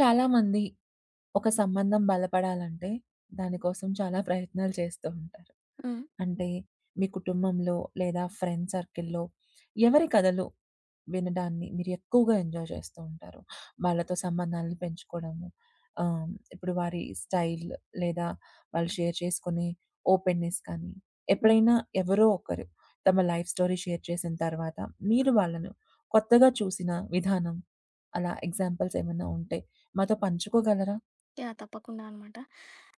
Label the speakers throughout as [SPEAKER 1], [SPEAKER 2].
[SPEAKER 1] చాలామంది ఒక సంబంధం బలపడాలంటే దానికోసం చాలా ప్రయత్నాలు చేస్తూ ఉంటారు.
[SPEAKER 2] హ్మ్.
[SPEAKER 1] అంటే మీ కుటుంబంలో లేదా ఫ్రెండ్ సర్కిల్‌లో ఎవరి కథలు వినడాన్ని మీరు ఎక్కువగా ఎంజాయ్ చేస్తూ ఉంటారు? వాళ్ళతో సంబంధాలను పెంచుకోవడము, ఇప్పుడు వారి స్టైల్ లేదా వాళ్ళు షేర్ చేసుకునే ఓపెన్‌నెస్ కానీ,
[SPEAKER 2] హ్మ్.
[SPEAKER 1] ఎప్పుడైనా ఎవరో ఒకరు తమ లైఫ్ స్టోరీ షేర్ చేసిన తర్వాత మీరు
[SPEAKER 2] హ్మ్.
[SPEAKER 1] వాళ్ళను కొత్తగా చూసిన విధానం అలా ఎగ్జాంపుల్స్ ఏమన్నా ఉంటే మాతో పంచుకోగలరా?
[SPEAKER 2] యాహ్! తప్పకుండా అనమాట.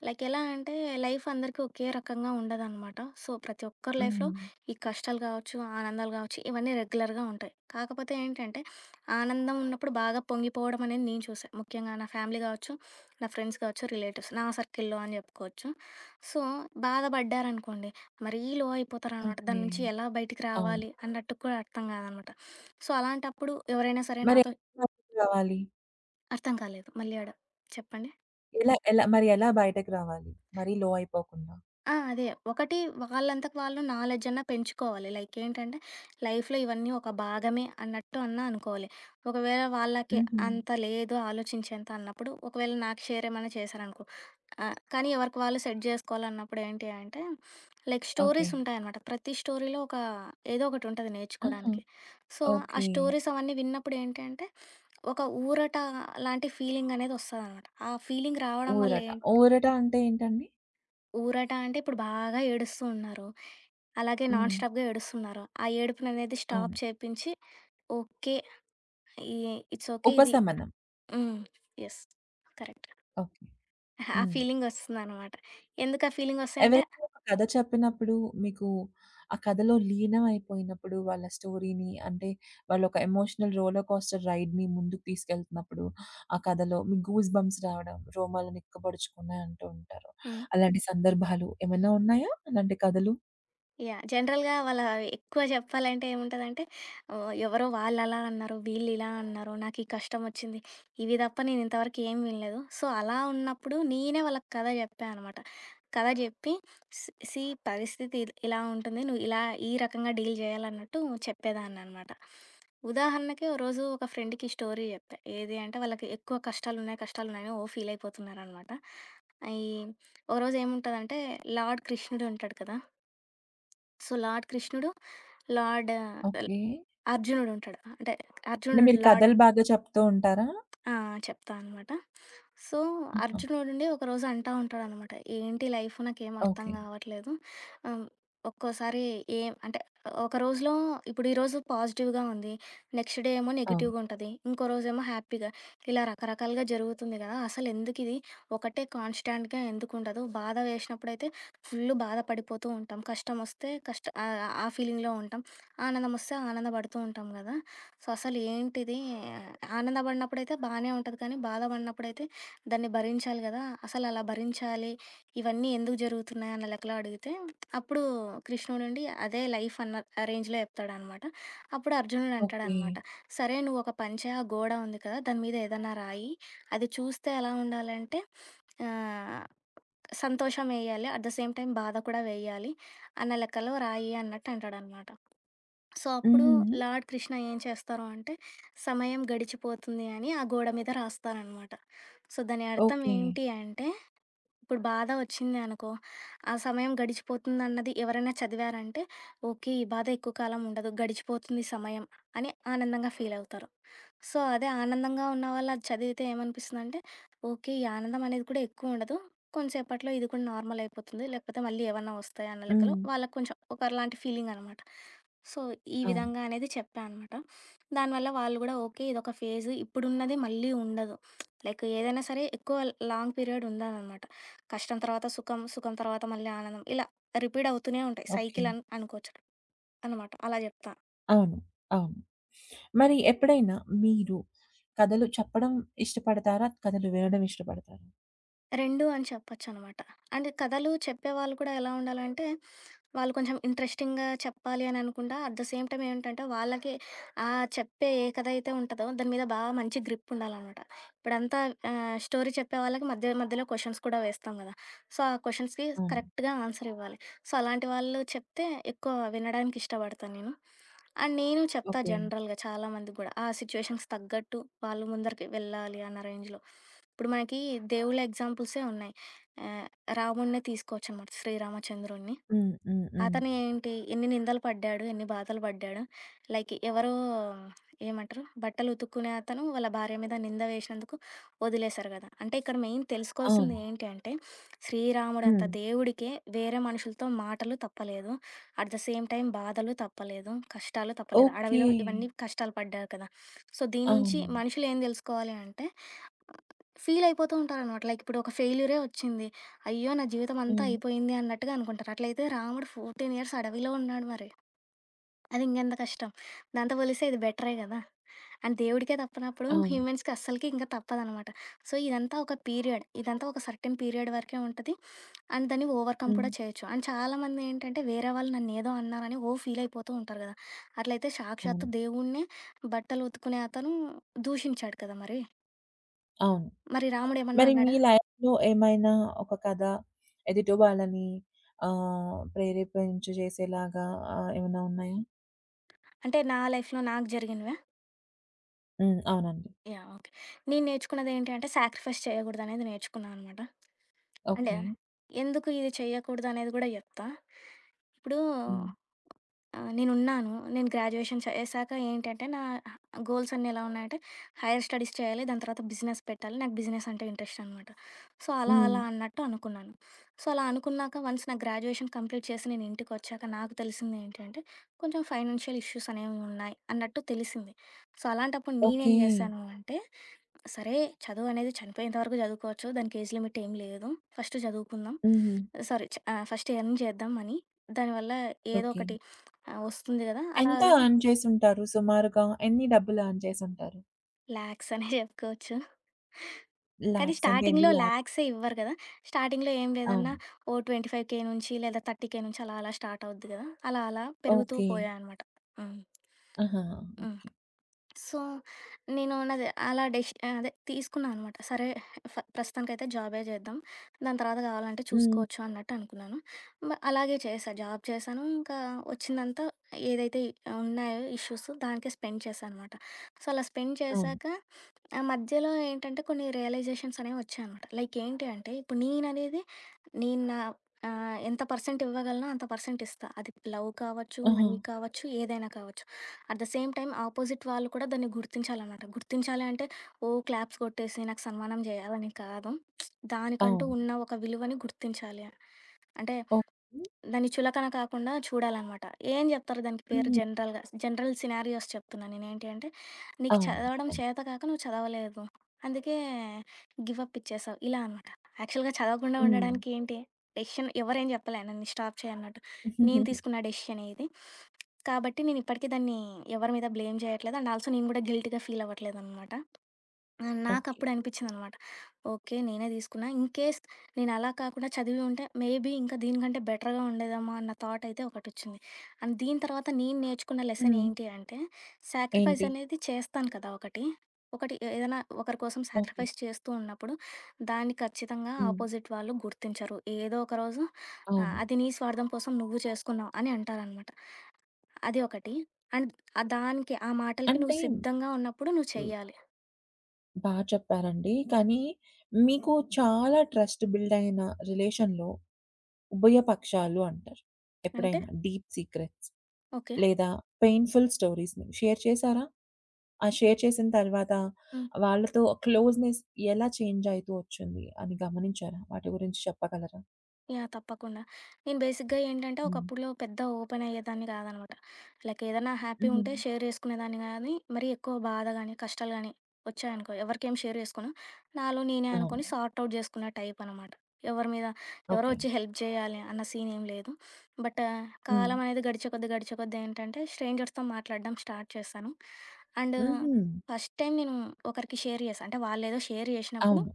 [SPEAKER 2] లైక్ ఎలా అంటే లైఫ్ అందరికీ ఒకే రకంగా ఉండదనమాట. సో, ప్రతి ఒక్కరి లైఫ్‌లో
[SPEAKER 1] హ్మ్.
[SPEAKER 2] ఈ కష్టాలు గావచ్చు, ఆనందాలు గావచ్చు ఇవన్నీ రెగ్యులర్‌గా ఉంటాయి. కాకపోతే ఏంటంటే ఆనందం ఉన్నప్పుడు బాగా పొంగిపోవడం అనేది నేను చూసా. ముఖ్యంగా నా ఫ్యామిలీ గావచ్చు, నా ఫ్రెండ్స్ గావచ్చు, రిలేటివ్స్ నా సర్కిల్‌లో అని చెప్పుకోవచ్చు. సో, బాధపడ్డారనుకోండి మరీ లో అయిపోతారనమాట.
[SPEAKER 1] ఓకే.
[SPEAKER 2] దాని నుంచి ఎలా బయటికి
[SPEAKER 1] అవును.
[SPEAKER 2] రావాలి అన్నట్టు కూడా అర్థం కాదనమాట. సో, అలాంటప్పుడు ఎవరైనా సరే
[SPEAKER 1] మరి
[SPEAKER 2] నాతో
[SPEAKER 1] ఎవరు కావాలి?
[SPEAKER 2] అర్థం కాలేదు మళ్ళీ ఆడ చెప్పండి?
[SPEAKER 1] ఎలా ఎలా మరి ఎలా బయటకి రావాలి? మరీ లో అయిపోకుండా?
[SPEAKER 2] ఆ! అదే. ఒకటి వాళ్ళంతకు వాళ్ళు నాలెడ్జ్ అన్నా పెంచుకోవాలి. లైక్ ఏంటంటే, లైఫ్‌లో ఇవన్నీ ఒక భాగమే అన్నట్టు అన్నా అనుకోవాలి. ఒకవేళ వాళ్ళకి
[SPEAKER 1] హుహు.
[SPEAKER 2] అంత లేదు ఆలోచించేంత అన్నప్పుడు, ఒకవేళ నాకు షేర్ ఏమన్నా చేశారనుకో కానీ ఎవరికి వాళ్ళు సెట్ జేసుకోవాలన్నప్పుడు ఏంటి అంటే, లైక్
[SPEAKER 1] ఓకే.
[SPEAKER 2] స్టోరీస్ ఉంటాయనమాట. ప్రతి స్టోరీలో ఒక ఏదో ఒకటుంటది
[SPEAKER 1] ఆహా!
[SPEAKER 2] నేర్చుకోడానికి. సో, ఆ
[SPEAKER 1] ఓకే.
[SPEAKER 2] స్టోరీస్ అవన్నీ విన్నప్పుడు ఏంటి అంటే, ఒక ఊరట లాంటి ఫీలింగనేది ఒస్తదనమాట. ఆ ఫీలింగ్ రావడం వల్ల
[SPEAKER 1] ఊరట.
[SPEAKER 2] ఏంటి
[SPEAKER 1] ఊరట అంటే ఏంటండి?
[SPEAKER 2] ఊరట అంటే ఇప్పుడు బాగా ఏడుస్తూ ఉన్నారు. అలాగే నాన్
[SPEAKER 1] హ్మ్.
[SPEAKER 2] స్టాప్‌గా ఏడుస్తున్నారు. ఆ ఏడుపుననేది స్టాప్
[SPEAKER 1] అవును.
[SPEAKER 2] చేపించి ఓకే. ఈ ఇట్స్ ఓకే. ఇది
[SPEAKER 1] ఉపశమనం.
[SPEAKER 2] హ్మ్. యెస్. కరెక్ట్.
[SPEAKER 1] ఓకే.
[SPEAKER 2] ఆ
[SPEAKER 1] హ్మ్.
[SPEAKER 2] ఫీలింగొస్తుందనమాట. ఎందుకు ఆ ఫీలింగొస్తాయంటే
[SPEAKER 1] ఎవరైనా ఒక కథ చెప్పినప్పుడు మీకు ఆ కథలో లీనం అయిపోయినప్పుడు వాళ్ళ స్టోరీని అంటే వాళ్ళొక ఎమోషనల్ రోలర్ కోస్టర్ రైడ్‌ని ముందుకు తీసుకెళ్తున్నప్పుడు ఆ కథలో మీకు గూస్ బంప్స్ రావడం, రోమాలని ఎక్కపొడుచుకున్నాయి అంటూ ఉంటారు.
[SPEAKER 2] ఆ!
[SPEAKER 1] అలాంటి సందర్భాలు ఏమైనా ఉన్నాయా? అలాంటి కథలు?
[SPEAKER 2] యాహ్! జనరల్‌గా వాళ్ళ ఎక్కువ చెప్పాలంటే ఏముంటదంటే ఎవరో వాళ్ళలా అన్నారు, వీళ్ళిలా అన్నారు, నాకీ కష్టమొచ్చింది. ఇవి తప్ప నేనింతవరకు ఏం వినలేదు. సో, అలా ఉన్నప్పుడు నేనే వాళ్ళకి కథ చెప్పా అనమాట. కథ చెప్పి సి సీ పరిస్థితి ఇలా ఉంటుంది. నువ్వు ఇలా ఈ రకంగా డీల్ చేయాలన్నట్టు చెప్పేదాన్ననమాట. ఉదాహరణకి ఓ రోజు ఒక ఫ్రెండ్‌కి స్టోరీ చెప్పా. ఏది అంటే వాళ్ళకి ఎక్కువ కష్టాలున్నాయి, కష్టాలున్నాయని ఓ ఫీలైపోతున్నారనమాట. అయి ఓ రోజు ఏముంటదంటే లార్డ్ కృష్ణుడు ఉంటాడు కదా! సో, లార్డ్ కృష్ణుడు, లార్డ్ ఆహ్,
[SPEAKER 1] ఓకే.
[SPEAKER 2] అర్జునుడుంటాడు. అంటే
[SPEAKER 1] అంటే
[SPEAKER 2] అర్జునుడు
[SPEAKER 1] మీరు
[SPEAKER 2] లార్డ్
[SPEAKER 1] కథలు బాగా చెప్తూ ఉంటారా?
[SPEAKER 2] ఆ! చెప్తా అనమాట. సో,
[SPEAKER 1] ఆహా!
[SPEAKER 2] అర్జునుడుండి ఒకరోజు అంటా ఉంటాడనమాట. ఏంటి లైఫ్ నాకేం అర్థం
[SPEAKER 1] ఓకే.
[SPEAKER 2] కావట్లేదు. ఆహ్, ఒక్కోసారి ఏం అంటే ఒక రోజులో ఇప్పుడు ఈరోజు పాజిటివ్‌గా ఉంది. నెక్స్ట్ డే ఏమో
[SPEAKER 1] అవును.
[SPEAKER 2] నెగెటివ్‌గా ఉంటది. ఇంకో రోజేమో హ్యాపీగా. ఇలా రకరకాలుగా జరుగుతుంది కదా! అసలెందుకిది? ఒకటే కాన్‌స్టాంట్‌గా ఎందుకుండదు? బాధ వేసినప్పుడైతే ఫుల్లు బాధపడిపోతూ ఉంటాం. కష్టమొస్తే ఆ ఫీలింగ్‌లో ఉంటాం. ఆనందమొస్తే ఆనందపడుతూ ఉంటాం కదా! సో, అసలు ఏంటిది ఆనందపడినప్పుడైతే బానే ఉంటది. కానీ బాధపడినప్పుడైతే దాన్ని భరించాలి గదా! అసలు అలా భరించాలి, ఇవన్నీ ఎందుకు జరుగుతున్నాయి అన్న లెక్కలో అడిగితే, అప్పుడు కృష్ణుడుండి అదే లైఫ్ అన్న రేంజ్‌లో చెప్తాడనమాట. అప్పుడు అర్జునుడు
[SPEAKER 1] ఓకే.
[SPEAKER 2] అంటాడనమాట, "సరే నువ్వు ఒక పని చెయి, ఆ గోడ ఉంది కదా! దాని మీద ఏదన్నా రాయి. అది చూస్తే ఎలా ఉండాలంటే ఆహ్, సంతోషం ఎయ్యాలి. అట్ ద సేమ్ టైమ్ బాధ కూడా వెయ్యాలి" అన్న లెక్కలో రాయి అన్నట్టు అంటాడనమాట. సో, అప్పుడు
[SPEAKER 1] హుహు.
[SPEAKER 2] లార్డ్ కృష్ణ ఏం చేస్తారు అంటే, సమయం గడిచిపోతుంది అని ఆ గోడ మీద రాస్తారనమాట. సో, దాని అర్థం
[SPEAKER 1] ఓకే.
[SPEAKER 2] ఏంటి అంటే, ఇప్పుడు బాధ వచ్చింది అనుకో, ఆ సమయం గడిచిపోతుందన్నది ఎవరైనా చదివారంటే, ఓకే. ఈ బాధ ఎక్కువ కాలం ఉండదు, గడిచిపోతుంది సమయం అని ఆనందంగా ఫీలవుతారు. సో, అదే ఆనందంగా ఉన్నవాళ్ళు అది చదివితే ఏమనిపిస్తుందంటే, ఓకే. ఈ ఆనందం అనేది కూడా ఎక్కువుండదు. కొంసేపట్లో ఇది కూడా నార్మల్ అయిపోతుంది. లేకపోతే మళ్ళీ ఏవన్నా వస్తాయి అన్న లెక్కలో
[SPEAKER 1] హ్మ్.
[SPEAKER 2] వాళ్ళకి కొంచెం ఒకలాంటి ఫీలింగనమాట. సో, ఈ
[SPEAKER 1] అవును.
[SPEAKER 2] విధంగా అనేది చెప్పా అనమాట. దానివల్ల వాళ్ళు గూడా ఓకే. ఇదొక ఫేజు. ఇప్పుడున్నది మళ్ళీ ఉండదు. లైక్ ఏదైనా సరే ఎక్కువ లాంగ్ పీరియడ్ ఉండాలనమాట. కష్టం తర్వాత సుఖం, సుఖం తర్వాత మళ్ళీ ఆనందం. ఇలా రిపీట్ అవుతూనే ఉంటాయి.
[SPEAKER 1] ఓకే.
[SPEAKER 2] సైకిల్ అనుకోవచ్చు అనమాట. అలా జెప్తా.
[SPEAKER 1] అవును. అవును. మరి ఎప్పుడైనా మీరు కథలు చెప్పడం ఇష్టపడతారా? కథలు వినడం ఇష్టపడతారా?
[SPEAKER 2] 2 అని చెప్పొచ్చనమాట. అండ్ కథలు చెప్పేవాళ్ళు కూడా ఎలా ఉండాలంటే, వాళ్ళు కొంచెం ఇంట్రెస్టింగ్‌గా చెప్పాలి అని అనుకుండా, అట్ ద సేమ్ టైమ్ ఏంటంటే, వాళ్ళకి ఆ చెప్పే ఏ కథ అయితే ఉంటదో దాని మీద బాగా మంచి గ్రిప్ ఉండాలనమాట. ఇప్పుడంతా స్టోరీ చెప్పే వాళ్ళకి మధ్య మధ్యలో క్వెషన్స్ కూడా వేస్తాం కదా! సో, ఆ క్వెషన్స్‌కి
[SPEAKER 1] అవును.
[SPEAKER 2] కరెక్ట్‌గా ఆన్సర్ ఇవ్వాలి. సో, అలాంటి వాళ్ళు చెప్తే ఎక్కువ వినడానికి ఇష్టపడతాను నేను. అండ్ నేను చెప్తా
[SPEAKER 1] ఓకే.
[SPEAKER 2] జనరల్‌గా చాలా మందికి గూడా. ఆ సిచ్యుయేషన్‌కి తగ్గట్టు వాళ్ళు ముందరికి వెళ్ళాలి అన్న రేంజ్‌లో. ఇప్పుడు మనకి దేవుళ్ళ ఎగ్జాంపుల్సే ఉన్నాయి. ఆహ్, రాముడినే తీసుకోవచ్చనమాట శ్రీరామచంద్రుడిని.
[SPEAKER 1] హ్మ్. హ్మ్. హ్మ్.
[SPEAKER 2] అతను ఏంటి ఎన్ని నిందలు పడ్డాడు, ఎన్ని బాధలు పడ్డాడు. లైక్ ఎవరో ఏమంటారు బట్టలు ఉతుక్కునే అతను వాళ్ళ భార్య మీద నింద వేసినందుకు వదిలేశారు గదా! అంటే ఇక్కడ మెయిన్ తెలుసుకోవాల్సింది
[SPEAKER 1] అవును.
[SPEAKER 2] ఏంటి అంటే శ్రీరాముడంత
[SPEAKER 1] హ్మ్.
[SPEAKER 2] దేవుడికే వేరే మనుషులతో మాటలు తప్పలేదు. అట్ ద సేమ్ టైం బాధలు తప్పలేదు. కష్టాలు తప్పలేదు.
[SPEAKER 1] ఓకే.
[SPEAKER 2] అడవిలో ఇవన్నీ కష్టాలు పడ్డారు కదా! సో, దీని నుంచి
[SPEAKER 1] అవును.
[SPEAKER 2] మనుషులు ఏం తెలుసుకోవాలి అంటే ఫీల్ అయిపోతూ ఉంటారనమాట. లైక్ ఇప్పుడు ఒక ఫెయిల్యూరే వచ్చింది. అయ్యో! నా జీవితం అంతా
[SPEAKER 1] హ్మ్.
[SPEAKER 2] అయిపోయింది అన్నట్టుగా అనుకుంటారు. అట్లయితే రాముడు 14 ఇయర్స్ అడవిలో ఉన్నాడు మరి. అది ఇంకెంత కష్టం. దాంతో పోలిస్తే ఇది బెటరే గదా! అండ్ దేవుడికే తప్పనప్పుడు
[SPEAKER 1] అవును.
[SPEAKER 2] హ్యూమన్స్‌కి అస్సలకి ఇంక తప్పదనమాట. సో, ఇదంతా ఒక పీరియడ్. ఇదంతా ఒక సర్టెన్ పీరియడ్ వరకే ఉంటది. అండ్ దాన్ని ఓవర్‌కమ్
[SPEAKER 1] హ్మ్.
[SPEAKER 2] కూడా చేయొచ్చు. అండ్ చాలామంది ఏంటంటే వేరే వాళ్ళు నన్నేదో అన్నారని ఓ ఫీల్ అయిపోతూ ఉంటారు గదా! అట్లయితే
[SPEAKER 1] అవును.
[SPEAKER 2] సాక్షాత్తు దేవుడినే బట్టలు ఉతుకునే అతను దూషించాడు కదా మరి.
[SPEAKER 1] అవును.
[SPEAKER 2] మరి రాముడేమన్నా
[SPEAKER 1] మరి మీ
[SPEAKER 2] అన్నాడా?
[SPEAKER 1] లైఫ్‌లో ఏమైనా ఒక కథ ఎదుటి వాళ్ళని ప్రేరేపించు చేసేలాగా ఏమన్నా ఉన్నాయా?
[SPEAKER 2] అంటే నా లైఫ్‌లో నాకు జరిగినవా?
[SPEAKER 1] హ్మ్. అవునండి.
[SPEAKER 2] యాహ్! ఓకే. నేను నేర్చుకున్నదేంటి అంటే సాక్రిఫైస్ చేయకూడదనేది నేర్చుకున్నా అనమాట. అంటే
[SPEAKER 1] ఓకే.
[SPEAKER 2] ఎందుకు ఇది చేయకూడదనేది గూడా జెప్తా. ఇప్పుడు
[SPEAKER 1] హ్మ్.
[SPEAKER 2] ఆ! నేనున్నాను. నేను గ్రాడ్యుయేషన్ చేశాక ఏంటంటే, నా గోల్స్ అన్నీ ఎలా ఉన్నాయంటే, హైర్ స్టడీస్ చేయాలి. దాని తర్వాత బిజినెస్ పెట్టాలి. నాకు బిజినెస్ అంటే ఇంట్రెస్ట్ అనమాట. సో, అలా
[SPEAKER 1] హ్మ్.
[SPEAKER 2] అలా అన్నట్టు అనుకున్నాను. సో, అలా అనుకున్నాక వన్స్ నా గ్రాడ్యుయేషన్ కంప్లీట్ చేసి నేను ఇంటికొచ్చాక నాకు తెలిసింది ఏంటి అంటే, కొంచెం ఫైనాన్షియల్ ఇష్యూస్ అనేవి ఉన్నాయి అన్నట్టు తెలిసింది. సో, అలాంటప్పుడు నేనేం
[SPEAKER 1] ఓకే.
[SPEAKER 2] చేశాను అంటే, సరే చదువు అనేది చనిపోయేంత వరకు చదువుకోవచ్చు. దానికి ఏజ్ లిమిట్ ఏం లేదు. ఫస్ట్ చదువుకుందాం.
[SPEAKER 1] హుహు.
[SPEAKER 2] సారీ ఫస్ట్ ఎర్న్ చేద్దాం మనీ. దానివల్ల ఏదో
[SPEAKER 1] ఓకే.
[SPEAKER 2] ఒకటి ఆ! వస్తుంది గదా! అలా
[SPEAKER 1] ఎంత
[SPEAKER 2] అలాగా
[SPEAKER 1] ఎర్న్ చేసుంటారు సుమారుగా? ఎన్ని డబ్బులు ఎర్న్ చేసుంటారు?
[SPEAKER 2] లాక్స్ అనే జెప్పుకోవచ్చు. కానీ
[SPEAKER 1] లాక్స్ అంటే ఎన్ని
[SPEAKER 2] స్టార్టింగ్‌లో
[SPEAKER 1] లాక్స్?
[SPEAKER 2] లాక్సే ఇవ్వరు గదా! స్టార్టింగ్‌లో ఏం లేదన్నా
[SPEAKER 1] అవును.
[SPEAKER 2] ఓ 25,000 నుంచి లేదా 30,000 నుంచి అలా అలా స్టార్ట్ అవుద్ది గదా! అలా అలా పెరుగుతూ
[SPEAKER 1] ఓకే.
[SPEAKER 2] పోయాయనమాట. హ్మ్.
[SPEAKER 1] ఆహా!
[SPEAKER 2] హ్మ్.
[SPEAKER 1] ఓకే.
[SPEAKER 2] సో, నేను నాది అలా డెసి అదే తీసుకున్నా అనమాట. సరే ప్రస్తుతానికైతే జాబే చేద్దాం. దాని తర్వాత కావాలంటే
[SPEAKER 1] హ్మ్.
[SPEAKER 2] చూసుకోవచ్చు అన్నట్టు అనుకున్నాను. అలాగే చేశా. జాబ్ చేశాను. ఇంకా వచ్చిందంతా ఏదైతే ఉన్నాయో ఇష్యూస్ దానికే స్పెండ్ చేశా అనమాట. సో, అలా స్పెండ్
[SPEAKER 1] అవును.
[SPEAKER 2] చేశాక ఆ మధ్యలో ఏంటంటే కొన్ని రియలైజేషన్స్ అనేవి వచ్చాయనమాట. లైక్ ఏంటి అంటే ఇప్పుడు నేననేది నేను నా ఎంత పర్సెంట్ ఇవ్వగలనో అంత పర్సెంట్ ఇస్తా. అది లవ్ కావచ్చు,
[SPEAKER 1] ఆహా!
[SPEAKER 2] మనీ కావచ్చు, ఏదైనా కావచ్చు. At the same time opposite వాళ్ళు కూడా దాన్ని గుర్తించాలన్నమాట. గుర్తించాలి అంటే, ఓ క్లాప్స్ కొట్టేసి నాకు సన్మానం చేయాలని కాదు. దానికంటూ
[SPEAKER 1] అవును.
[SPEAKER 2] ఉన్న ఒక విలువని గుర్తించాలి. అంటే
[SPEAKER 1] ఓకే.
[SPEAKER 2] దాన్ని చులకన కాకుండా చూడాలన్నమాట. ఏం చెప్తారు దానికి పేరు
[SPEAKER 1] హ్మ్.
[SPEAKER 2] జనరల్‌గా? జనరల్ సినారియోస్ చెప్తున్నా నేనేంటి అంటే, నీకు
[SPEAKER 1] అవును.
[SPEAKER 2] చదవడం
[SPEAKER 1] చెప్పండి.
[SPEAKER 2] చేత కాక నువ్వు చదవలేదు. అందుకే గివ్ అప్ ఇచ్చేసావు. ఇలా అనమాట. యాక్చువల్‌గా చదవకుండా
[SPEAKER 1] హ్మ్.
[SPEAKER 2] ఉండడానికి ఏంటి? డెసిషన్ ఎవరేం చెప్పలే నన్ను స్టాప్ చేయన్నట్టు. నేను తీసుకున్న డెసిషనే ఇది. కాబట్టి నేనిప్పటికి దాన్ని ఎవరి మీద బ్లేమ్ చేయట్లేదు. అండ్ ఆల్సో నేను గూడా గిల్టీ‌గా ఫీల్ అవ్వట్లేదనమాట. ఆ!
[SPEAKER 1] ఓకే.
[SPEAKER 2] నాకప్పుడు అనిపిచ్చిందనమాట. ఓకే. నేనే తీసుకున్నా. ఇన్‌కేస్ నేనలా కాకుండా చదివి ఉంటే మేబీ ఇంకా దీనికంటే బెటర్‌గా ఉండేదేమో అన్న థాట్ అయితే ఒకటొచ్చింది. అండ్ దీని తర్వాత నేను నేర్చుకున్న లెసన్
[SPEAKER 1] హ్మ్.
[SPEAKER 2] ఏంటి అంటే, సాక్రిఫైస్
[SPEAKER 1] ఏంటి?
[SPEAKER 2] అనేది చేస్తాను కదా ఒకటి. ఒకటి ఏదైనా ఒకరి కోసం
[SPEAKER 1] ఓకే.
[SPEAKER 2] సాక్రిఫైస్ చేస్తూ ఉన్నప్పుడు, దాన్ని ఖచ్చితంగా
[SPEAKER 1] హ్మ్.
[SPEAKER 2] ఆపోజిట్ వాళ్ళు గుర్తించరు. ఏదో ఒక రోజు
[SPEAKER 1] అవును.
[SPEAKER 2] అది నీ స్వార్థం కోసం నువ్వు చేసుకున్నావు అని అంటారనమాట. అది ఒకటి. అండ్ దానికి ఆ మాటలకి
[SPEAKER 1] అంటే
[SPEAKER 2] నువ్వు సిద్ధంగా ఉన్నప్పుడు నువ్వు
[SPEAKER 1] హ్మ్.
[SPEAKER 2] చెయ్యాలి.
[SPEAKER 1] బా చెప్పారండి. కానీ మీకు చాలా ట్రస్ట్ బిల్డ్ అయిన రిలేషన్‌లో ఉభయపక్షాలు అంటారు.
[SPEAKER 2] అంటే
[SPEAKER 1] ఎప్పుడైనా డీప్ సీక్రెట్స్
[SPEAKER 2] ఓకే.
[SPEAKER 1] లేదా పెయిన్‌ఫుల్ స్టోరీస్‌ని షేర్ చేశారా? ఆ షేర్ చేసిన తర్వాత
[SPEAKER 2] హ్మ్.
[SPEAKER 1] వాళ్ళతో క్లోజ్‌నెస్ ఎలా చేంజ్ అయితూ వచ్చింది అని గమనించారా? వాటి గురించి చెప్పగలరా?
[SPEAKER 2] యాహ్! తప్పకుండా. నేను బేసిక్‌గా ఏంటంటే,
[SPEAKER 1] హ్మ్.
[SPEAKER 2] ఒకప్పుడులో పెద్ద ఓపెన్ అయ్యేదాన్ని కాదనమాట. లైక్ ఏదన్నా హ్యాపీ
[SPEAKER 1] హుహు.
[SPEAKER 2] ఉంటే షేర్ చేసుకునేదాన్ని గానీ, మరీ ఎక్కువ బాధ గానీ, కష్టాలు గానీ వచ్చాయనుకో, ఎవరికేం షేర్ చేసుకోను. నాలో నేనే
[SPEAKER 1] అవును.
[SPEAKER 2] అనుకోని సార్ట్ ఔట్ చేసుకున్న టైప్ అనమాట. ఎవరి మీద ఎవరో
[SPEAKER 1] ఓకే.
[SPEAKER 2] వచ్చి హెల్ప్ చేయాలి అన్న సీన్ ఏం లేదు. బట్
[SPEAKER 1] హ్మ్.
[SPEAKER 2] కాలం అనేది గడిచే కొద్దీ, గడిచే కొద్దీ ఏంటంటే, స్ట్రేంజర్స్‌తో మాట్లాడడం స్టార్ట్ చేశాను. అండ్
[SPEAKER 1] హుహు.
[SPEAKER 2] ఫస్ట్ టైమ్ నేను ఒకరికి షేర్ చేశా. అంటే వాళ్ళేదో షేర్ చేసినప్పుడు,
[SPEAKER 1] అవును.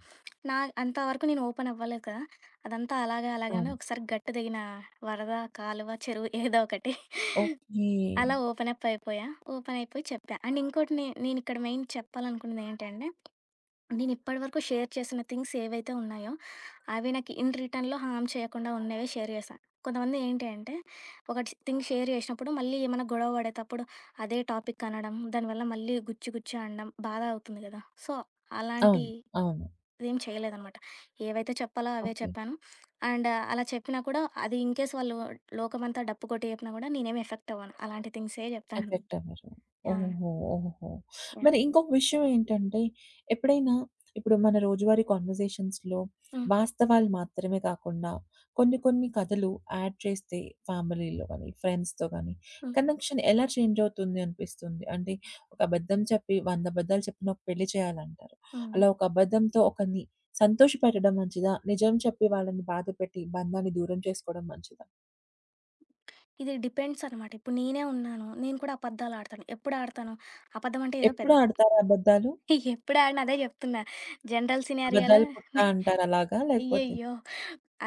[SPEAKER 2] నా అంతవరకు నేను ఓపెన్ అవ్వలేదు కదా! అదంతా అలాగా అలాగనే
[SPEAKER 1] అవును.
[SPEAKER 2] ఒకసారి గట్టు దిగిన వరద, కాలువ, చెరువు ఏదో ఒకటి.
[SPEAKER 1] ఓకే.
[SPEAKER 2] అలా ఓపెన్ అప్ అయిపోయా. ఓపెన్ అయిపోయి చెప్పా. అండ్ ఇంకోటి నేనిక్కడ మెయిన్ చెప్పాలనుకున్నది ఏంటంటే నేను ఇప్పటివరకు షేర్ చేసిన థింగ్స్ ఏవైతే ఉన్నాయో, అవి నాకు ఇన్ రిటర్న్‌లో హార్మ్ చేయకుండా ఉన్నవే షేర్ చేశా. కొంతమంది ఏంటి అంటే, ఒకటి థింగ్ షేర్ చేసినప్పుడు మళ్ళీ ఏమైనా గొడవ పడేటప్పుడు అదే టాపిక్ అనడం, దానివల్ల మళ్ళీ గుచ్చి గుచ్చి అనడం బాధ అవుతుంది కదా! సో, అలాంటి
[SPEAKER 1] అవును. అవును.
[SPEAKER 2] ఏం చేయలేదనమాట. ఏవైతే చెప్పాలో అవే
[SPEAKER 1] ఓకే.
[SPEAKER 2] చెప్పాను. అండ్ అలా చెప్పినా కూడా అది ఇన్‌కేస్ వాళ్ళు లోకమంతా డప్పు కొట్టి చెప్పినా కూడా నేనేమి ఎఫెక్ట్ అవ్వను. అలాంటి థింగ్సే చెప్తాననమాట.
[SPEAKER 1] ఎఫెక్ట్ అవ్వరు.
[SPEAKER 2] ఆ!
[SPEAKER 1] ఓహోహో! ఓహోహో!
[SPEAKER 2] యాహ్!
[SPEAKER 1] మరి ఇంకొక విషయం ఏంటంటే, ఎప్పుడైనా ఇప్పుడు మన రోజువారీ కన్వర్జేషన్స్‌లో
[SPEAKER 2] హ్మ్.
[SPEAKER 1] వాస్తవాలు మాత్రమే కాకుండా, కొన్ని కొన్ని కథలు యాడ్ చేస్తే ఫ్యామిలీలో గాని, ఫ్రెండ్స్‌తో గాని
[SPEAKER 2] హ్మ్.
[SPEAKER 1] కనెక్షన్ ఎలా చేంజ్ అవుతుంది అనిపిస్తుంది? అంటే ఒక అబద్ధం చెప్పి 100 అబద్ధాలు చెప్పిన ఒక పెళ్లి చేయాలంటారు.
[SPEAKER 2] హ్మ్.
[SPEAKER 1] అలా ఒక అబద్ధంతో ఒకరిని సంతోషపెట్టడం మంచిదా? నిజం చెప్పి వాళ్ళని బాధపెట్టి బంధాన్ని దూరం చేసుకోవడం మంచిదా?
[SPEAKER 2] ఇది డిపెండ్స్ అనమాట. ఇప్పుడు నేనే ఉన్నాను. నేను కూడా అబద్ధాలాడతాను. ఎప్పుడు ఆడతాను? అబద్ధం అంటే ఏదో
[SPEAKER 1] ఎప్పుడు
[SPEAKER 2] పెద్ద
[SPEAKER 1] ఆడతారా అబద్ధాలు?
[SPEAKER 2] ఎప్పుడు ఆడను అదే చెప్తున్నా. జనరల్ సినారియోలో
[SPEAKER 1] అబద్ధాల పుట్ట అంటారలాగా లేకపోతే?
[SPEAKER 2] అయ్యయ్యో!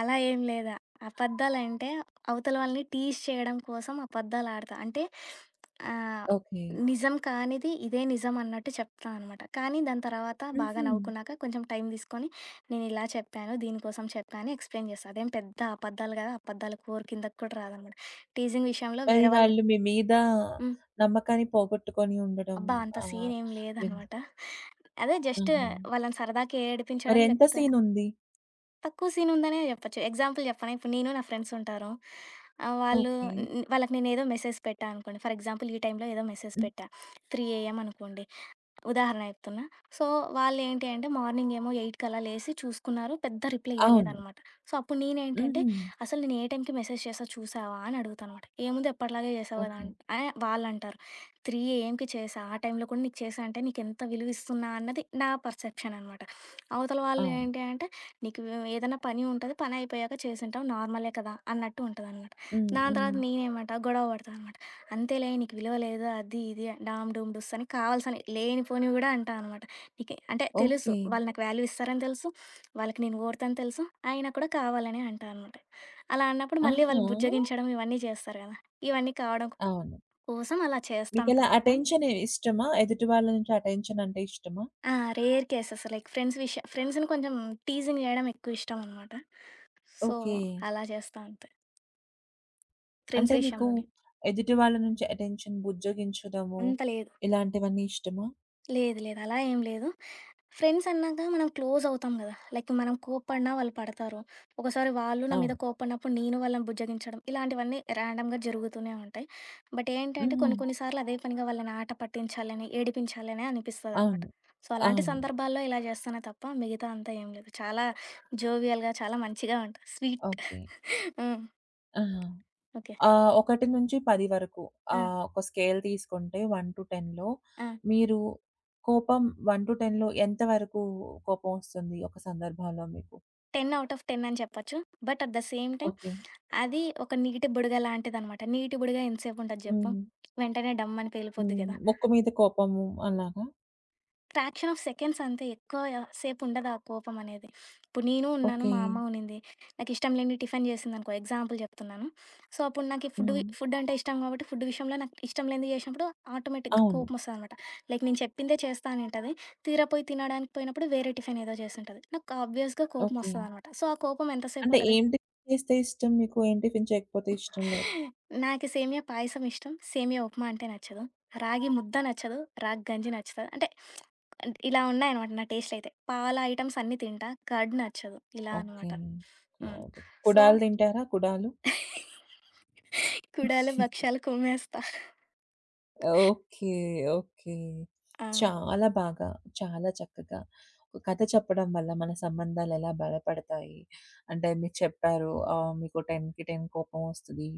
[SPEAKER 2] అలా ఏం లేదా? అబద్ధాలంటే అవతల వాళ్ళని టీజ్ చేయడం కోసం అబద్ధాలాడతా. అంటే ఆహ్,
[SPEAKER 1] ఓకే.
[SPEAKER 2] నిజం కానిది ఇదే నిజం అన్నట్టు చెప్తా అనమాట. కానీ దాని తర్వాత బాగా
[SPEAKER 1] హుహు.
[SPEAKER 2] నవ్వుకున్నాక కొంచెం టైం తీసుకొని నేనిలా చెప్పాను, దీనికోసం చెప్పా అని ఎక్స్‌ప్లెయిన్ చేస్తా. అదేం పెద్ద అబద్ధాలు కాదు. అబద్ధాల కోర్ కిందకి కూడా రాదనమాట. టీజింగ్ విషయంలో
[SPEAKER 1] మరి
[SPEAKER 2] వేరే వాళ్ళు
[SPEAKER 1] వాళ్ళు మీ మీద
[SPEAKER 2] హ్మ్.
[SPEAKER 1] నమ్మకాన్ని పోగొట్టుకొని ఉండడం
[SPEAKER 2] అబ్బా! అంత
[SPEAKER 1] ఆహ్,
[SPEAKER 2] సీనేం
[SPEAKER 1] విన్
[SPEAKER 2] లేదనమాట. అదే జస్ట్
[SPEAKER 1] ఆహా!
[SPEAKER 2] వాళ్ళని సరదాకి
[SPEAKER 1] మరి
[SPEAKER 2] ఏడిపించడం,
[SPEAKER 1] ఎంత
[SPEAKER 2] లేకపోతే
[SPEAKER 1] సీనుంది?
[SPEAKER 2] తక్కువ సీనుందనే జెప్పొచ్చు. ఎగ్జాంపుల్ జెప్పనా? ఇప్పుడు నేను నా ఫ్రెండ్స్ ఉంటారు. వాళ్ళు
[SPEAKER 1] ఓకే.
[SPEAKER 2] న్ న్ వాళ్ళకి నేనేదో మెసేజ్ పెట్టా అనుకోండి. ఫర్ ఎగ్జాంపుల్ ఈ టైంలో ఏదో మెసేజ్
[SPEAKER 1] హ్మ్.
[SPEAKER 2] పెట్టా. 3 ఏఎం అనుకోండి. ఉదాహరణ చెప్తున్నా. సో, వాళ్ళేంటి అంటే మార్నింగ్ ఏమో 8 కలా లేసి చూసుకున్నారు. పెద్ద రిప్లై
[SPEAKER 1] అవును.
[SPEAKER 2] ఇయ్యలేదనమాట. సో, అప్పుడు నేనేంటంటే,
[SPEAKER 1] హుహు.
[SPEAKER 2] "అసలు నేను ఏ టైంకి మెసేజ్ చేశా చూసావా?" అని అడుగుతానమాట. "ఏముంది ఎప్పటిలాగే చేసావు కదా"
[SPEAKER 1] ఓకే.
[SPEAKER 2] వాళ్ళంటారు. "3 ఏఎంకి చేశా. ఆ టైంలో కూడా నీకు చేశా అంటే నీకెంత విలువిస్తున్నా" అన్నది నా పర్సెప్షన్ అనమాట. అవతల వాళ్ళు
[SPEAKER 1] అవును.
[SPEAKER 2] ఏంటి అంటే, "నీకు ఏదైనా పని ఉంటది. పని అయిపోయాక చేసుంటావు. నార్మలే కదా" అన్నట్టు ఉంటదనమాట.
[SPEAKER 1] హ్మ్.
[SPEAKER 2] దాని తర్వాత
[SPEAKER 1] హ్మ్.
[SPEAKER 2] నేనేమంటా గొడవ పడతా అనమాట. అంతేలే నీకు విలువ లేదు అది ఇది డామ్ డూమ్ డూస్ అని కావాల్సిన లేనిపోనివి కూడా అంటా అనమాట. నీకే అంటే తెలుసు
[SPEAKER 1] ఓకే.
[SPEAKER 2] వాళ్ళు నాకు వాల్యూ ఇస్తారని తెలుసు. వాళ్ళకి నేను ఓర్తని తెలుసు. అయినా కూడా కావాలనే అంటా అనమాట. అలా అన్నప్పుడు మళ్ళీ
[SPEAKER 1] ఆహా!
[SPEAKER 2] వాళ్ళు బుజ్జగించడం ఇవన్నీ చేస్తారు కదా! ఇవన్నీ కావడం
[SPEAKER 1] అవును.
[SPEAKER 2] కోసం అలా చేస్తాం
[SPEAKER 1] మీకలా
[SPEAKER 2] తప్ప
[SPEAKER 1] అటెన్షన్ ఇష్టమా? ఎదుటి వాళ్ళ నుంచి అటెన్షన్ అంటే ఇష్టమా?
[SPEAKER 2] ఆ! రేర్ కేసెస్ లైక్ ఫ్రెండ్స్ ఫ్రెండ్స్‌ని కొంచెం టీజింగ్ చేయడం ఎక్కువ ఇష్టం అనమాట. So,
[SPEAKER 1] okay.
[SPEAKER 2] అలా చేస్తా అంతే.
[SPEAKER 1] అంటే
[SPEAKER 2] ఫ్రెండ్స్
[SPEAKER 1] మీకు
[SPEAKER 2] విషయంలోనే.
[SPEAKER 1] ఎదుటి వాళ్ళ నుంచి అటెన్షన్ బుజ్జగించడము
[SPEAKER 2] అంత లేదు.
[SPEAKER 1] ఇలాంటివన్నీ ఇష్టమా?
[SPEAKER 2] లేదు లేదు. అలా ఏం లేదు. ఫ్రెండ్స్ అన్నాక మనం క్లోజ్ అవుతాం గదా! లైక్ మనం కోప్పడినా వాళ్ళు పడతారు. ఒకసారి వాళ్ళు నా మీద
[SPEAKER 1] అవును.
[SPEAKER 2] కోప్పడినప్పుడు నేను వాళ్ళని బుజ్జగించడం ఇలాంటివన్నీ ర్యాండమ్‌గా జరుగుతూనే ఉంటాయి. బట్ ఏంటంటే
[SPEAKER 1] హ్మ్.
[SPEAKER 2] కొన్ని కొన్ని సార్లు అదే పనిగా వాళ్ళని ఆట పట్టించాలని, ఏడిపించాలని అనిపిస్తదనమాట.
[SPEAKER 1] అవును.
[SPEAKER 2] సో, అలాంటి
[SPEAKER 1] అవును.
[SPEAKER 2] సందర్భాల్లో ఇలా చేస్తానే తప్ప మిగతా అంతా ఏం లేదు. చాలా జోవియల్‌గా చాలా మంచిగా ఉంటా. స్వీట్.
[SPEAKER 1] ఓకే.
[SPEAKER 2] హ్మ్.
[SPEAKER 1] ఆహా!
[SPEAKER 2] ఓకే.
[SPEAKER 1] 1-10 వరకు
[SPEAKER 2] ఆ!
[SPEAKER 1] ఒక స్కేల్ తీసుకుంటే 1-10లో
[SPEAKER 2] ఆ!
[SPEAKER 1] మీరు కోపం 1-10లో ఎంత వరకు కోపం వస్తుంది ఒక సందర్భంలో మీకు?
[SPEAKER 2] 10 ఔట్ ఆఫ్ 10 అని చెప్పొచ్చు. But at the same time
[SPEAKER 1] okay.
[SPEAKER 2] అది ఒక నీటి బుడగ లాంటిదనమాట. నీటి బుడగ ఎంతసేపు ఉంటది జెప్పు?
[SPEAKER 1] హ్మ్.
[SPEAKER 2] వెంటనే డమ్ అని పేలిపోద్ది
[SPEAKER 1] హ్మ్.
[SPEAKER 2] కదా!
[SPEAKER 1] ముక్కు మీద కోపము అలాగా?
[SPEAKER 2] ఫ్రాక్షన్ ఆఫ్ సెకండ్స్ అంతే ఎక్కువ సేపు ఉండదు ఆ కోపం అనేది. ఇప్పుడు నేను ఉన్నాను,
[SPEAKER 1] ఓకే.
[SPEAKER 2] మా అమ్మ ఉన్నింది. నాకిష్టం లేని టిఫిన్ చేసిందనుకో ఎగ్జాంపుల్ చెప్తున్నాను. సో, అప్పుడు నాకు
[SPEAKER 1] హ్మ్.
[SPEAKER 2] ఫుడ్ అంటే ఇష్టం కాబట్టి ఫుడ్ విషయంలో నాకు ఇష్టం లేనిది చేసినప్పుడు ఆటోమేటిక్‌గా
[SPEAKER 1] అవును.
[SPEAKER 2] కోపం వస్తదనమాట. లైక్ నేను చెప్పిందే చేస్తా అని ఉంటది. తీరా పోయి తినడానికి పోయినప్పుడు వేరే టిఫిన్ ఏదో చేసుంటది. నాకు ఆబ్వియస్‌గా కోపం
[SPEAKER 1] ఓకే.
[SPEAKER 2] వస్తదనమాట. సో, ఆ కోపం ఎంతసేపు
[SPEAKER 1] అంటే
[SPEAKER 2] ఉంటది?
[SPEAKER 1] ఏం టిఫిన్ చేస్తే ఇష్టం మీకు? ఏం టిఫిన్ చేయకపోతే ఇష్టం లేదు?
[SPEAKER 2] నాకు సేమియా పాయసం ఇష్టం. సేమియా ఉప్మా అంటే నచ్చదు. రాగి ముద్ద నచ్చదు. రాగి గంజి నచ్చుతది. అంటే అంటే ఇలా ఉన్నాయనమాట నా టేస్ట్‌లయితే. పాల ఐటెమ్స్ అన్నీ తింటా. కర్డ్ నచ్చదు. ఇలా
[SPEAKER 1] ఓకే.
[SPEAKER 2] అనమాట. హ్మ్.
[SPEAKER 1] గుడ్.
[SPEAKER 2] సో,
[SPEAKER 1] కుడాలు తింటారా? కుడాలు?
[SPEAKER 2] కుడాలు, భక్షాలు కుమ్మేస్తా.
[SPEAKER 1] ఓకే. ఓకే.
[SPEAKER 2] ఆ!
[SPEAKER 1] చాలా బాగా, చాలా చక్కగా ఒక కథ చెప్పడం వల్ల మన సంబంధాలెలా బలపడతాయి. అంటే మీరు చెప్పారు మీకు 10కి 10 కోపం వస్తది.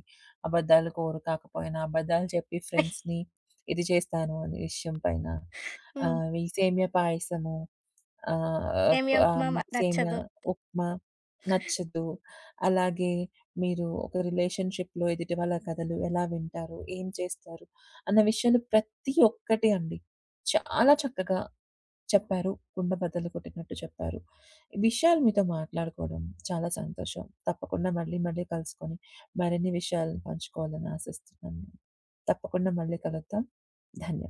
[SPEAKER 1] అబద్ధాలు కోరు కాకపోయినా అబద్ధాలు చెప్పి ఫ్రెండ్స్‌ని ఇది చేస్తాను అనే విషయం పైన.
[SPEAKER 2] హ్మ్.
[SPEAKER 1] ఈ సేమియా పాయసము ఆహ్, క్
[SPEAKER 2] సేమియా
[SPEAKER 1] ఆ
[SPEAKER 2] ఉప్మా
[SPEAKER 1] అమ్మకి సేమ్యా,
[SPEAKER 2] నచ్చదు.
[SPEAKER 1] ఉప్మా నచ్చదు. అలాగే మీరు ఒక రిలేషన్‌షిప్‌లో ఎదుటి వాళ్ళ కథలు ఎలా వింటారు? ఏం చేస్తారు? అన్న విషయాలు ప్రతి ఒక్కటి అండి. చాలా చక్కగా చెప్పారు. కుండ బద్దలు కొట్టినట్టు చెప్పారు. ఈ విషయాలు మీతో మాట్లాడుకోవడం చాలా సంతోషం. తప్పకుండా మళ్ళీ, మళ్ళీ కలుసుకొని మరిన్ని విషయాలను పంచుకోవాలని ఆశిస్తున్నాను. తప్పకుండా మళ్ళీ కలుద్దాం. ధన్యవాదాలు.